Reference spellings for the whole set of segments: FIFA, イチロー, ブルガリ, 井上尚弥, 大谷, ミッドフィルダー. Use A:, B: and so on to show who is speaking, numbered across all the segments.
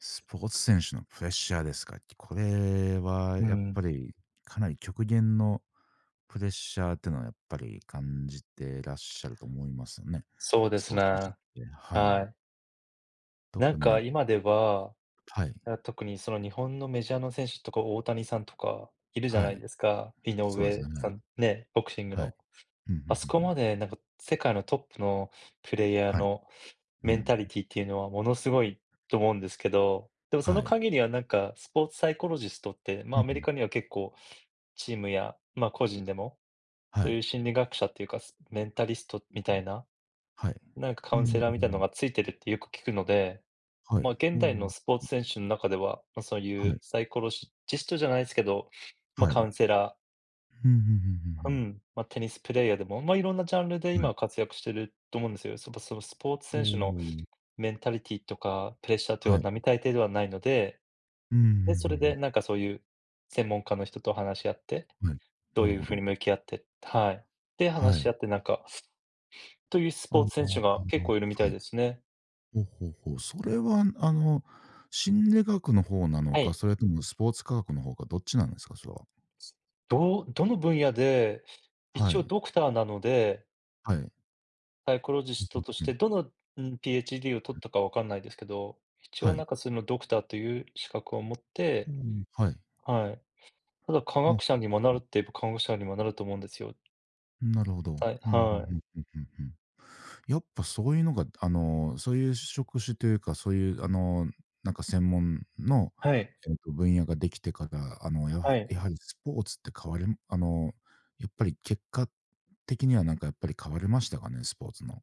A: スポーツ選手のプレッシャーですか。これは
B: う
A: やっ
B: ん、
A: ぱりかなり極限のプレッシャーっていうのはやっぱり感じてらっしゃると思いますよね。
B: そうで
A: ス
B: す
A: ポーツ選
B: ね。
A: 手って。はい。
B: はい。な
A: 特
B: ん
A: にな
B: か
A: んか
B: 今では、
A: はい。
B: 特にその日本のメジャーの選手とか大谷さんとかいるじゃ
A: は
B: ない
A: い。
B: ですか。井
A: そうですね。
B: 上
A: は
B: さ
A: い。
B: ん、ね、ボクシング
A: はい。
B: の。
A: うん、うんうん
B: あそこ
A: う
B: ま
A: ん。
B: でなんか世界のトップのプレイヤー
A: はい。
B: の
A: う
B: メンタ
A: ん。
B: リティっていうのはものすごいと思うんですけど、でもそ
A: は
B: の
A: い。
B: 限りはなんかスポーツサイコロジストって、ま、
A: う
B: ア
A: ん
B: メ
A: う
B: リ
A: ん。
B: カには結構チームや、ま、個人でも、
A: は
B: そう
A: い。
B: いう心理学者っていうか、メンタリストみたいな
A: はい。
B: なんかカ
A: うん
B: ウン
A: う
B: セ
A: ん
B: ラーみ
A: う
B: たいなの
A: ん。
B: がついてるってよく聞くので、
A: はい。
B: まあ、
A: お
B: 現代
A: お。
B: のスポーツ選手の中では、まあ、そう
A: は
B: いう
A: い。
B: サイコロシジストじゃないですけど、まあ、
A: はい。
B: カ
A: う
B: ウ
A: ん、
B: ンセラ
A: うんう
B: ー、う
A: ん
B: ん、まあ、テニスプレイヤーでも、まあ、いろんなジャンルで
A: うんうん。はい。
B: 今活躍してると思うんですよ。そのスポーツ
A: お
B: 選手の
A: お。
B: メンタリティとか、プレッシャーというの
A: は
B: は
A: い。
B: 並大抵ではないので、
A: うん、うんうんう
B: で、それ
A: ん。
B: でなんかそういう専門家の人と話し合って、
A: はい。
B: ど
A: な
B: う
A: る
B: いう
A: ほ
B: ふうに
A: ど。
B: 向き合ってはい。で、
A: は
B: 話し合
A: い。
B: ってなんか、というス
A: あ
B: ポ
A: あ、
B: ー
A: は
B: ツ選手が結構い
A: い。
B: るみたいですね。
A: ほうほうほう。それは、心理学の方なの
B: は
A: か、
B: い。
A: それともスポーツ科学の方か、どっちなんですか？それは。
B: どの分野で、
A: は
B: 一応
A: い。
B: ドクターなので、
A: はい。
B: サイコロジストとし
A: う
B: て
A: ん。
B: どの、うん、PhD を取ったかわかんないですけど、一
A: は
B: 応な
A: い。
B: んかそのドクターという資格を持っ
A: う
B: て
A: ん、はい。
B: はい。ただ科
A: あ、
B: 学者にもなるって言えば科学者にもなると思うんですよ。
A: なるほど。
B: はい、
A: うんうん
B: は
A: うん
B: い。
A: うんうんうん。やっぱそういうのが、そういう職種というか、そういう、なんか専門の、
B: はい、
A: 分野ができてから、
B: はい。
A: やはりスポーツって変わりやっぱり結果的には、なんかやっぱり変わりましたかね？スポーツの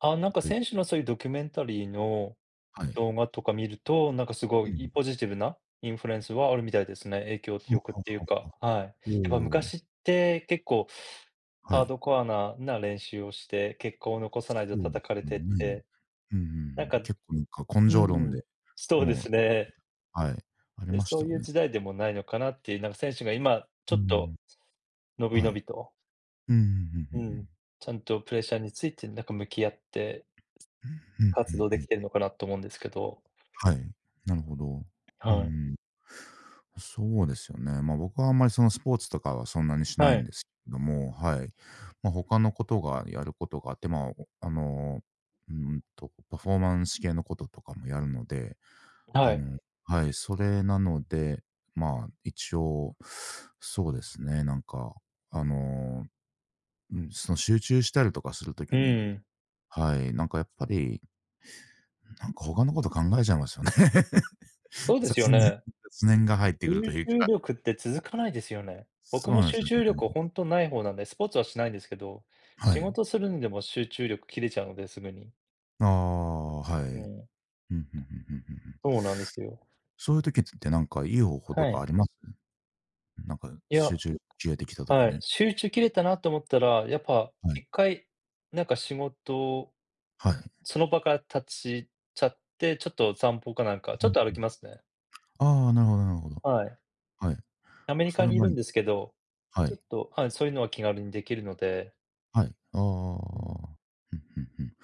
B: なんか
A: という
B: 先週のそういうドキュメンタリーの
A: はい。
B: 動画とか見ると、なんかすご
A: え
B: い
A: え。
B: ポジティブなインフルエンスはあるみたいですね。影響
A: は
B: 力っ
A: は
B: ていう
A: は。
B: か、はい。やっ
A: お
B: ぱ
A: お、
B: 昔って結構
A: は
B: ハー
A: い。
B: ドコアなな練習をして、結果を残さな
A: そ
B: いと
A: うで
B: 叩かれ
A: す
B: てっ
A: ね。
B: て、
A: うんうん
B: なん
A: うん。
B: か
A: 結構なんか根
B: う
A: 性論
B: ん、
A: で、
B: そうで
A: も
B: す
A: う
B: ね。
A: はい、あり
B: で、
A: まし
B: そ
A: た
B: う
A: よ
B: いう
A: ね。
B: 時代でもないのかなっていう、なんか選手が今ち
A: う
B: ょっ
A: ん。
B: と伸び
A: は
B: 伸び
A: い。
B: と、
A: うんうんうんうん
B: う
A: うん。
B: ん、ちゃんとプレッシャーについてなんか向き合って
A: うん、うん
B: 活動で
A: うん
B: き
A: ん。
B: てるのかなと思うんですけど。
A: はい、なるほど。う
B: はい。
A: ん。そうですよね。僕はあんまりそのスポーツとかはそんなにしな
B: は
A: いん
B: い。
A: ですけども、はい。他のことがやることがあって、まあ、あの、パフォーマンス系のこととかもやるので、
B: は
A: あ
B: い。
A: のはい、それなので、まあ、一応、そうですね、なんか、あの、うん、その集中したりとかすると
B: う
A: きに
B: ん。
A: はい、なんかやっぱり、なんか他のこと考えちゃいますよね。
B: そ うですよ
A: 雑念
B: ね。
A: が入ってくると
B: 集
A: いう
B: 中
A: か、
B: 力って続かないですよね。僕
A: そう
B: も
A: なんで
B: 集
A: すよ
B: 中力
A: ね。
B: ほんとない方なんで、スポーツはしないんですけど、
A: は
B: 仕
A: い。
B: 事するんでも集中力切れちゃうので、すぐに。
A: ああ、はい。うん、ふ
B: う
A: んふんふん
B: ん、
A: ふんふん。
B: そうなんですよ。
A: そういう時ってなんかいい方法と
B: は
A: かあ
B: い。
A: ります？なんか
B: いや、
A: 集中切れてきた時
B: はい、
A: に。
B: 集中切れたなと思ったら、やっぱ
A: はい。
B: 一回、なんか仕事、
A: はい。
B: その場から立ちちゃって、ちょっと散歩かなんか、ち
A: う
B: ょ
A: ん
B: っと歩
A: う
B: き
A: ん。
B: ますね。
A: ああ、なるほどなるほど。
B: はい。
A: はい。
B: アメ
A: あ、
B: リ
A: そ
B: カ
A: れ
B: にい
A: もあ
B: る
A: り
B: ん
A: で
B: です
A: す。
B: けど、
A: は
B: ちょ
A: い。
B: っと、はい、そういうのは気軽にできるので、
A: はい。あ
B: う
A: あ
B: ん。
A: ふんふんふん。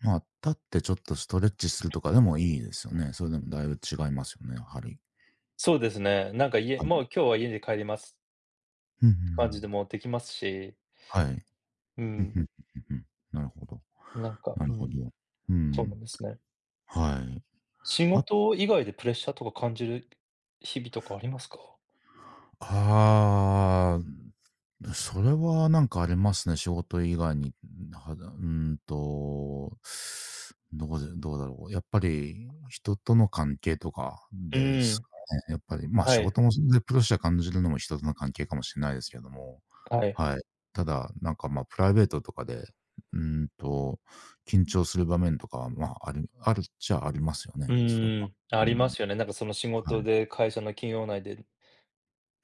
A: まあ、立ってちょっとストレッチするとかでもいいですよね。それでもだいぶ違いますよね、やはり。
B: そうですね、なんか家
A: は
B: もう
A: い。
B: 今日は家で帰ります
A: ふんふんふ
B: 感じで
A: ん。
B: もできますし、
A: はい。
B: う
A: ふん
B: ん、
A: ふんふんふんふん。なるほど。
B: なんか、
A: な
B: う
A: るほ
B: ん、
A: ど。う
B: そう
A: ん、
B: なんですね。
A: はい。
B: 仕
A: あ
B: 事以外でプレッシャーとか感じる日々とかありますか？
A: あ、あ、それはなんかありますね、仕事以外に。はうーんと、どうだろう。やっぱり人との関係とか
B: う
A: です
B: ん、
A: かね。やっぱり、
B: は
A: 仕
B: い、
A: 事もでプレッシャー感じるのも人との関係かもしれないですけども、
B: はい。
A: はい。ただ、なんか、プライベートとかで、うーんと、緊張する場面とかは、ああるあるっちゃありますよ
B: う
A: ね、それは。
B: ーん、あ
A: う
B: りま
A: ん、
B: すよね。なんかその仕
A: は
B: 事
A: い。
B: で会社の企業内で、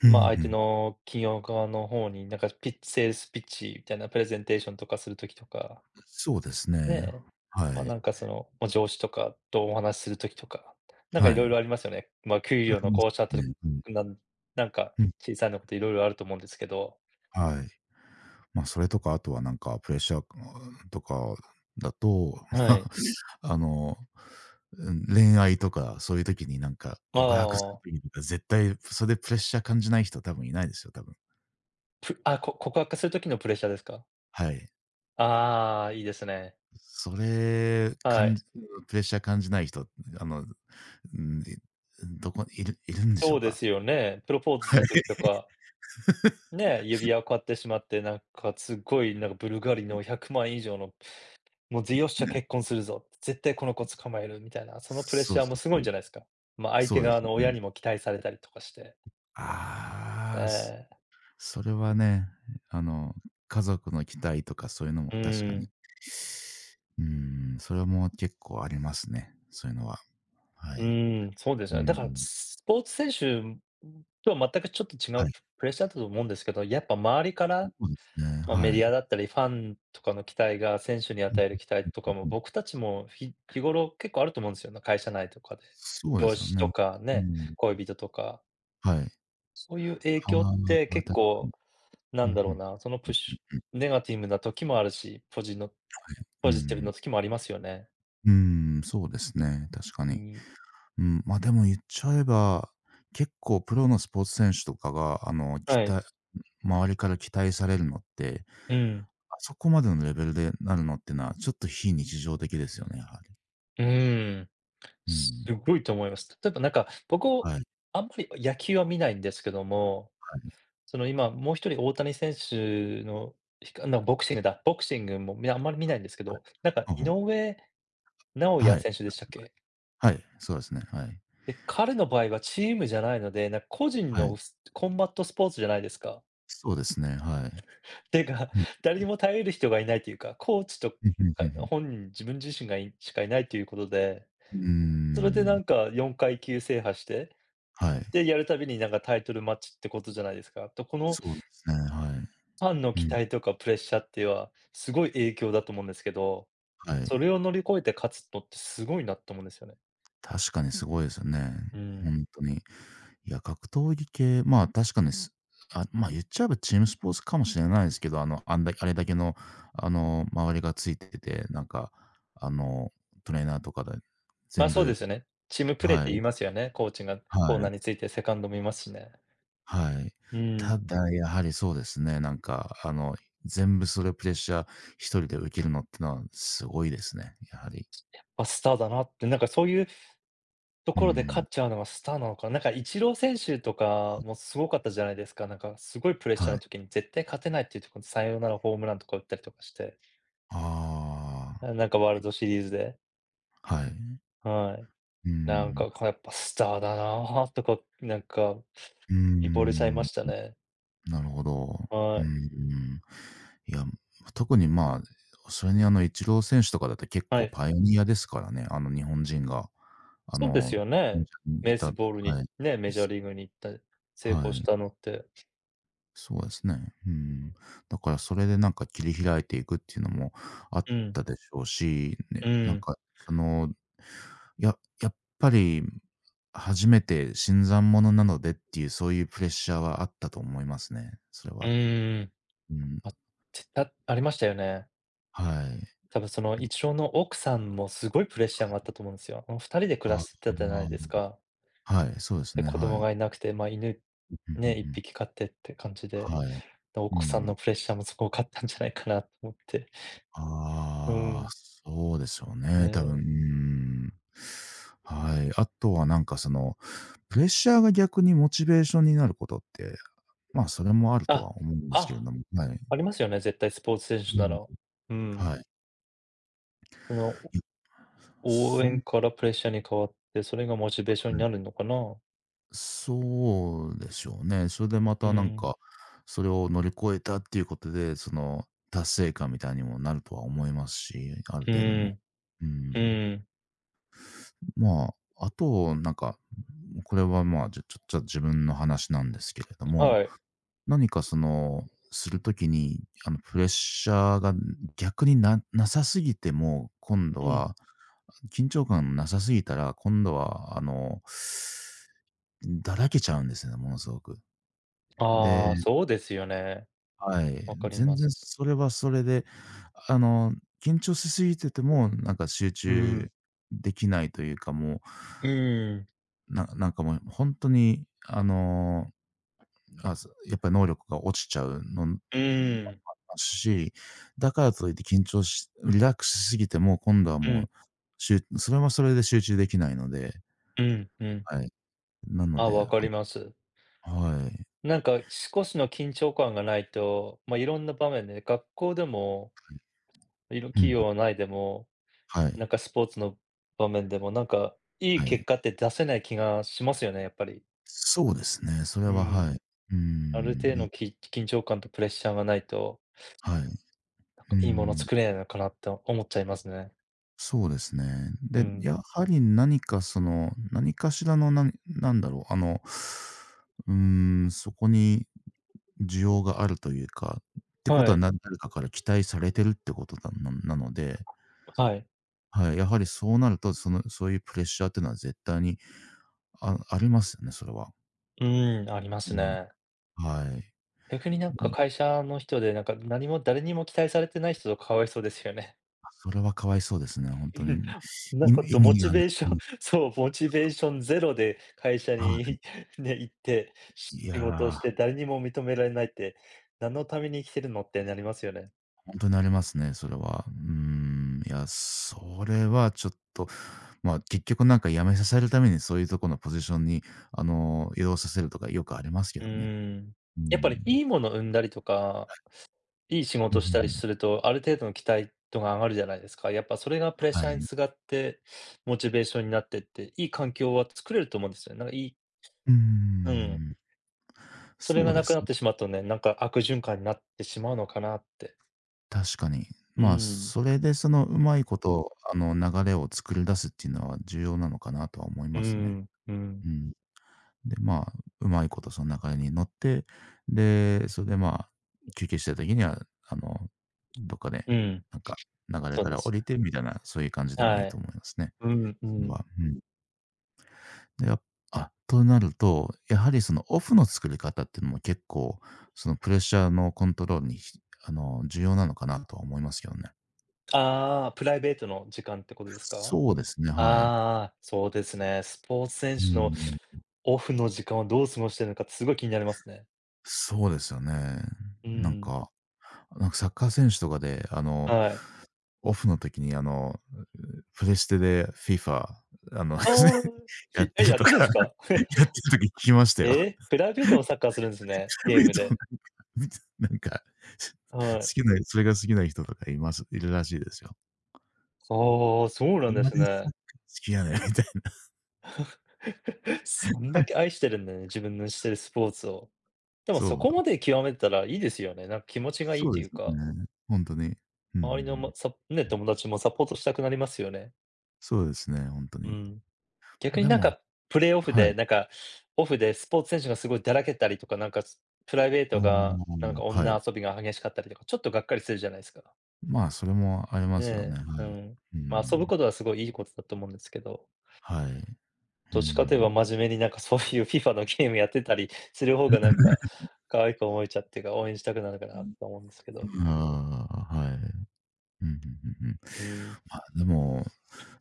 A: うん、う
B: ま、相手
A: ん。
B: の企業側の方になんかセールスピッチみたいなプレゼンテーションとかする時とか
A: そうです
B: ね
A: ね。
B: え。
A: は
B: ま、な
A: い。
B: んかその、まあ、上司とかとお話しする時とか、なんかい
A: は
B: ろいろ
A: い。
B: ありますよね。ま、給
A: あ
B: 料の
A: ります
B: 交渉とか
A: ね。うん。
B: となんか
A: うん、
B: 小さいのこといろいろあると思うんですけど。
A: はい。まあ、それとか、あとはなんかプレッシャーとかだと、
B: は
A: まあ、
B: い。
A: あの、うん、恋愛とかそういう時になんか
B: あ
A: 告白す
B: あ、
A: る時とか、絶対それでプレッシャー感じない人多分いないですよ、多分。
B: ぷあ、こ告白する時のプレッシャーですか？
A: はい。
B: ああ、いいですね。
A: それ、
B: はい。
A: プレッシャー感じない人、あの、うん、どこいるんでし
B: そ
A: ょう
B: うで
A: か？
B: すよね。プロポー ズす
A: はい。
B: る時とか、ね、指輪を買ってしまって、なんかすごいなんかブルガリの100万以上のもう「ぜよっしゃ、
A: ね、
B: 結婚するぞ」「絶対この子捕まえる」みたいな、そのプレッ
A: そ
B: シャ
A: う
B: ー
A: そ
B: も
A: う
B: すごい
A: そ
B: ん
A: う。
B: じゃないですか。まあ、相
A: そ
B: 手
A: うで
B: 側
A: すよ
B: の親
A: ね。
B: にも期待されたりとかして。
A: ああ、
B: え
A: それはね、あの、家族の期待とかそういうのも
B: え、う
A: 確かに。
B: ん、
A: うーん、それも結構ありますね、そういうのは。は
B: う
A: い。
B: ん、そうです
A: う
B: よ
A: ん
B: ね。
A: う
B: だから、
A: ん。
B: スポーツ選手、とは全くちょっと違
A: は
B: う
A: い、
B: プレッシャーだと思うんですけど、やっぱ周りから、
A: そうですね、
B: まあ、メ
A: は
B: デ
A: い。
B: ィアだったり、ファンとかの期待が選手に
A: うん
B: 与える期待と
A: う
B: か
A: ん
B: も、
A: うん。
B: 僕たちも日頃結構あると思うんですよね、会社内とかで。
A: そうで
B: 上
A: すよ
B: 司
A: ね。
B: とか
A: う
B: ね、
A: ん。
B: 恋人とか。
A: はい。
B: そういう
A: あ
B: 影響って
A: あ、
B: 結
A: 確かに。
B: 構な
A: うん
B: ん
A: う
B: だろう
A: ん
B: な、そのプッシ
A: うん。
B: ュネガティブな時もあるし、
A: う
B: ポジティブ
A: ん。
B: の時もありますよね。
A: うーん、そうですね、確か
B: う
A: に。
B: ん。
A: うん、でも言っちゃえば、結構プロのスポーツ選手とかが、
B: はい。
A: 周りから期待されるのって、
B: うん。
A: あそこまでのレベルでなるのってのは、ちょっと非日常的ですよね、やはり。
B: うーん。
A: う
B: す
A: ん。
B: ごいと思います。例えばなんか、僕、
A: はいはい、
B: あんまり野球は見ないんですけども、その今もう一人大谷選手の、ひかなボクシングだ、ボクシングもあんまり見ないんですけ
A: はい。
B: ど、なんか
A: ほう
B: 井
A: ほう。
B: 上尚弥
A: はい。
B: 選手でしたっけ？
A: はい。そうですね、はい。
B: で、彼の場合はチームじゃないので、なんか個人
A: はい。
B: のコンバットスポーツじゃないですか。
A: そうですね、はい。
B: ていうか、
A: うん。
B: 誰にも頼る人がいないというか、コーチとか
A: うん、ふんふんふん。
B: 本人、自分自身しかいないということで、
A: うー
B: それでな
A: ん、
B: んか4階級制覇して、
A: はい。
B: で、やるたびになんかタイトルマッチってことじゃないですか。と、この
A: そうですね、はい。
B: ファンの
A: う
B: 期
A: ん、
B: 待とかプレッシャーっていうのは、すごい影響だと思うんですけど、
A: は
B: そ
A: い。
B: れを乗り越えて勝つのってすごいなと思うんですよね。
A: 確かにすごいですよね。
B: う
A: ほ
B: ん。
A: んとに。いや、格闘技系、まあ、確かに言っちゃえばチームスポーツかもしれないですけど、あんだあれだけの、周りがついてて、なんか、あの、トレーナーとかで
B: ま、
A: 全
B: そうで
A: 部
B: すよね。チームプレーっ
A: は
B: て
A: い、
B: 言いますよね。コーチがコー
A: は
B: ナ
A: い、
B: ーについてセカンドもいますしね。
A: はい。
B: うん、
A: ただ、やはりそうですね、なんか、全部それプレッシャー一人で受けるのってのはすごいですね、やはり。
B: あ、スターだなって、なんかそういうと
A: うー
B: ころで勝
A: ん、
B: っちゃうのがスターなのかな。なんかイチロー選手とかもすごかったじゃないですか。なんかすごいプレッシャー
A: はい。
B: の時に絶対勝てないっていうところでサヨナラホームランとか打ったりとかして、
A: あ
B: あ、なんかワールドシリーズで、
A: あ、はい。
B: はい。
A: うー
B: なん
A: ん。
B: か、こうやっぱスターだなあとか、なんか、
A: うー
B: 見惚れちゃいま
A: ん。
B: したね。
A: なるほど。う
B: は
A: んう
B: い。
A: ん。いや、特に、まあ、それに、イチロー選手とかだって結
B: は
A: 構
B: い。
A: パイオニアですからね、日本人が、あ
B: そうです
A: の、
B: よね。ベ
A: い
B: ース
A: た
B: ボールに
A: はい。
B: ね、メジャー
A: す
B: リーグに行った成
A: は
B: 功し
A: い。
B: たのって。
A: そうですね。うん。だからそれでなんか切り開いていくっていうのもあっ
B: うん、
A: たでしょうし、ね、
B: う
A: なん
B: ん、
A: か、その、やっぱり初めて新参者なのでっていう、そういうプレッシャーはあったと思いますね、それ
B: う
A: は。
B: ーん。
A: うん。
B: あ、ありましたよね。
A: はい。
B: 多分そのイチローの奥さんもすごいプレッシャーがあったと思うんですよ。あの2人で暮ら
A: ああ、
B: してたじゃないですか。
A: はい、そうです
B: で、
A: ね、
B: 子供
A: はい。
B: がいなくて、まあ、犬
A: ふんふん
B: ね、1
A: ふん。
B: 匹飼ってって感じで、
A: はい。
B: で、
A: う
B: 奥さん
A: ん。
B: のプレッシャーもすごかったんじゃないかなと思って。う
A: ああ、
B: ん、
A: そうでしょうね、多分、
B: ね。
A: うーん。はい。あとはなんかその、プレッシャーが逆にモチベーションになることって、まあ、それもあると
B: あ、
A: は思うんですけれ
B: あ、
A: ども、はい。
B: ありますよね、絶対スポーツ選
A: う
B: 手な
A: ん、
B: ら。うん。
A: はい。
B: その、
A: い
B: 応
A: そう
B: 援
A: は
B: からプレッシャーに変わって、それがモチベーションにな
A: い。
B: るのかな？
A: そうでしょうね。それでま
B: う
A: たなん
B: ん、
A: か、それを乗り越えたっていうことで、その達成感みたいにもなるとは思いますし、ある
B: う
A: 程度の。
B: ん、
A: う
B: う
A: ん。
B: ん、
A: まあ、あとなんか、これはまあ、じゃちょちょっと自分の話なんですけれども、
B: はい、
A: 何かその、するときに、プレッシャーが逆になさすぎても、今度
B: うん。
A: は緊張感なさすぎたら、今度はだらけちゃうんですよね、ものすごく。
B: ああ、
A: で、
B: そうですよね。
A: はい。
B: わかり
A: 全
B: ま
A: 然
B: す。
A: それはそれで、あの、緊張しすぎてても、なんか集
B: う
A: 中
B: ん。
A: できないというか、も
B: うーん、
A: う、なんかもうほんとに、やっぱり能力が落ちちゃうのん
B: うーん、
A: ますし、だからといって緊張しリラックスしすぎても、今度は
B: う
A: もう、
B: ん、
A: それはそれで集中できないので、
B: うん、うん。
A: はい。なの
B: あ、
A: で、
B: わかります。
A: はい。
B: なんか少しの緊張感がないと、ま、いろんな場面で、学校でも、
A: う
B: 企
A: ん、
B: 業内でも、
A: は
B: なん
A: い、
B: かスポーツの場面でも、なんかいい
A: は
B: 結
A: い。
B: 果って出せない気がしますよね、やっぱり。
A: そうですね、それ
B: う
A: は
B: ん。
A: はい。うー
B: ある程度
A: ん。
B: の緊張感とプレッシャーがないと、
A: はい。
B: なん
A: う
B: かいいもの
A: ん、
B: 作れないのかなって思っちゃいますね。
A: そうですね。
B: う
A: で、
B: ん。
A: やはり何かその、何かしらのなんだろう、うーん、そこに需要があるというか、ってこ
B: は
A: とは、
B: い、
A: 誰かから期待されてるってことだなので、
B: はい。
A: はい、やはりそうなると、その、そういうプレッシャーっていうのは絶対にありますよね、それは。
B: うーん、ありま
A: う
B: す
A: ん。
B: ね。
A: はい。
B: 逆になん
A: う
B: か
A: ん、
B: 会社の人で、なんか何も誰にも期待されてない人とかわいそうですよね。
A: それはかわいそうですね、本当にね。
B: なんかと
A: 意
B: モ
A: 味
B: チ
A: がな
B: ベー
A: く、
B: ション そう、モチベーションゼロで会社
A: は
B: に ね、行って、
A: い。い
B: 仕事を
A: や
B: して
A: ー、
B: 誰にも認められないって、何のために生きてるのってなりますよね。
A: ほんとになりますね、それは。うーん、いや、それはちょっと、まあ、結局なんか辞めさせるためにそういうとこのポジションに、移動させるとかよくありますけ
B: う
A: どね。
B: ーん。
A: うー
B: やっぱ
A: ん。
B: りいいもの生んだりとか、いい仕
A: うん
B: 事
A: うんう
B: したり
A: ん。
B: すると、ある程度の期待度が上がるじゃないですか。やっぱそれがプレッ
A: は
B: シャーに
A: い。
B: つがって、モチベーションになってって、いい環境は作れると思うんですよね。なんかいい
A: うー
B: うん。
A: ん。
B: それ
A: そ
B: が
A: う
B: な
A: で
B: く
A: す
B: なっ
A: ね、
B: てしまうとね、なんか悪循環になってしまうのかなって。
A: 確かに。
B: う
A: まあ、
B: ーん。
A: それでそのうまいこと、流れを作り出すっていうのは重要なのかなとは思い
B: うー
A: ますね。
B: ん、う
A: う
B: ん、
A: ん。で、まあ、うまいことその流れに乗って、で、それで、まあ、休憩してる時には、あの、どっかで、
B: うん、
A: なんか、流れ
B: そう
A: か
B: で
A: ら降
B: すね。
A: りてみたいな、そういう感じでもいい
B: は
A: と
B: い。
A: 思いますね。
B: うん、う
A: それ
B: ん。
A: は、うん。で、となると、やはりそのオフの作り方っていうのも結構、そのプレッシャーのコントロールに、あの、重要なのかなとは思いますけどね。
B: ああ、プライベートの時間ってことですか？
A: そうですね、はい。
B: ああ、そうですね。スポーツ選
A: う
B: 手の
A: ん、
B: オフの時間をどう過ごしてるのかってすごい気になりますね。
A: そうですよね。
B: うー
A: なん
B: ん、
A: か、なんかサッカー選手とかで、
B: はい。
A: オフの時に、プレステで FIFA、あの、
B: ああ、
A: やっ
B: き
A: て
B: え、
A: る
B: やっ
A: と
B: て
A: か、
B: るんですか？
A: やってる時聞きました
B: え
A: よ。
B: え、プライベートもサッカーするんですね、ゲー
A: 見る
B: ム
A: と、
B: で。
A: 見てなんか、好
B: はい。
A: きなそれが好きな人とかいますいるらしいですよ。
B: ああ、そうなんで
A: 今
B: す
A: でサッ
B: ね。
A: カー好きやねんみたいな。
B: そんだけ 愛してるんだよね、自分のしてるスポーツを。でも
A: そ
B: そ
A: う。
B: こまで極めたらいいですよね。なんか気持ちがいいっ
A: そう
B: て
A: で
B: いう
A: すよ
B: か、
A: ね。本当に。うんうんう
B: 周りのま、
A: ん。
B: さね、友達もサポートしたくなりますよね。
A: そうですね、本当
B: う
A: に。
B: ん。逆
A: ま、
B: に
A: で
B: なん
A: も、
B: か、プレーオフ
A: は
B: で、
A: い。
B: なんか、オフでスポーツ選手がすごいだらけたりとか、なんか、プライベート
A: う
B: が、なん
A: ん、
B: か
A: はい。
B: 女遊びが激しかったりとか、ちょっとがっかりするじゃないですか。
A: まあ、それもありますよね。
B: ね
A: はい。
B: え、うん。
A: う
B: まあ、遊ぶ
A: ん。
B: ことはすごいいいことだと思うんですけど。
A: はい。う
B: どっちかといえば
A: ん。
B: 真面目になんかそういう FIFA のゲームやってたりする方がなんか、可愛く思えちゃってか、応援したくなるかなと思うんですけど。
A: ああ、はい。うんうんうんうん。
B: うん。
A: まあ、でも、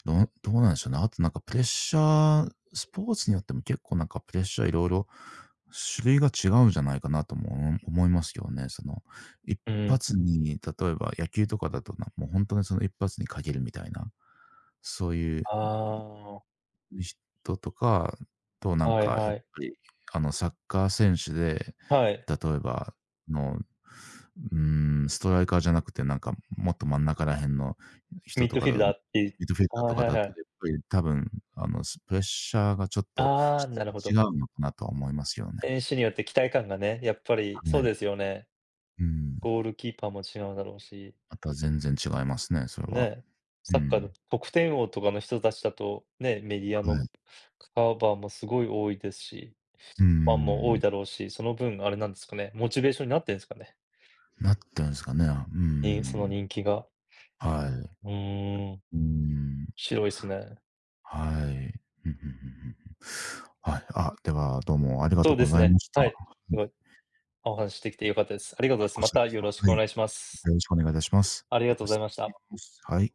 A: どうなんでしょうね。あとなんかプレッシャー、スポーツによっても結構なんかプレッシャーいろいろ種類が違うんじゃないかなとも思いますよね。その、一
B: うん。
A: 発に例えば野球とかだと、な、もう本当にその一発に限るみたいな、そういう
B: あ
A: 人とかと、な
B: あ、
A: ん
B: はい
A: か、や
B: は
A: っ
B: い。
A: ぱり、サッカー選手で、
B: はい。
A: 例えば、あの、うーん、ストライカーじゃなくて、なんか、もっと真ん中ら辺の人
B: ミッ
A: と
B: ド
A: か
B: フィル
A: だ、
B: ダ
A: ミ
B: ーっていう
A: ッドフィルダー
B: は
A: と
B: い
A: か
B: はい
A: だ
B: は
A: と、
B: い。
A: やっぱり多分、プレッシャーがちょっと
B: ああ、
A: 質
B: なるほど。
A: が違うのかなとは思いますよね。
B: 選手によって期待感がね、やっぱりそ
A: は
B: う
A: い。
B: ですよね。
A: うん。
B: ゴールキーパーも違うだろうし、
A: また全然違いますね、それは。
B: ね。
A: う
B: サッカーの
A: ん。
B: 得点王とかの人たちだと、ね、メディア
A: は
B: の
A: い。
B: カバーもすごい多いですし。
A: うー
B: ファンも多い
A: ん。
B: だろうし、その分あれなんですかね、モチベーションになってんですかね？
A: なってるんすかね。うー
B: にその
A: ん。
B: 人気が。
A: はい。
B: うーん、
A: うーん。
B: 白いすね。
A: はい。うんうんうんうん、はい。あ、では、どうもありが
B: そ
A: と
B: う
A: う
B: で
A: ご
B: す
A: ざい
B: ね、
A: ました。
B: は
A: は
B: い。す
A: い。
B: ごい、お話しできて良かったです。ありがとうです。
A: こ
B: ま
A: ちらこ
B: たよろし
A: そ。
B: く
A: はい。
B: お願いします。
A: よろしくお願いいたします。
B: ありが
A: で
B: とう
A: は
B: ござい
A: 失
B: ま
A: 礼
B: し
A: し
B: た。
A: ます。はい。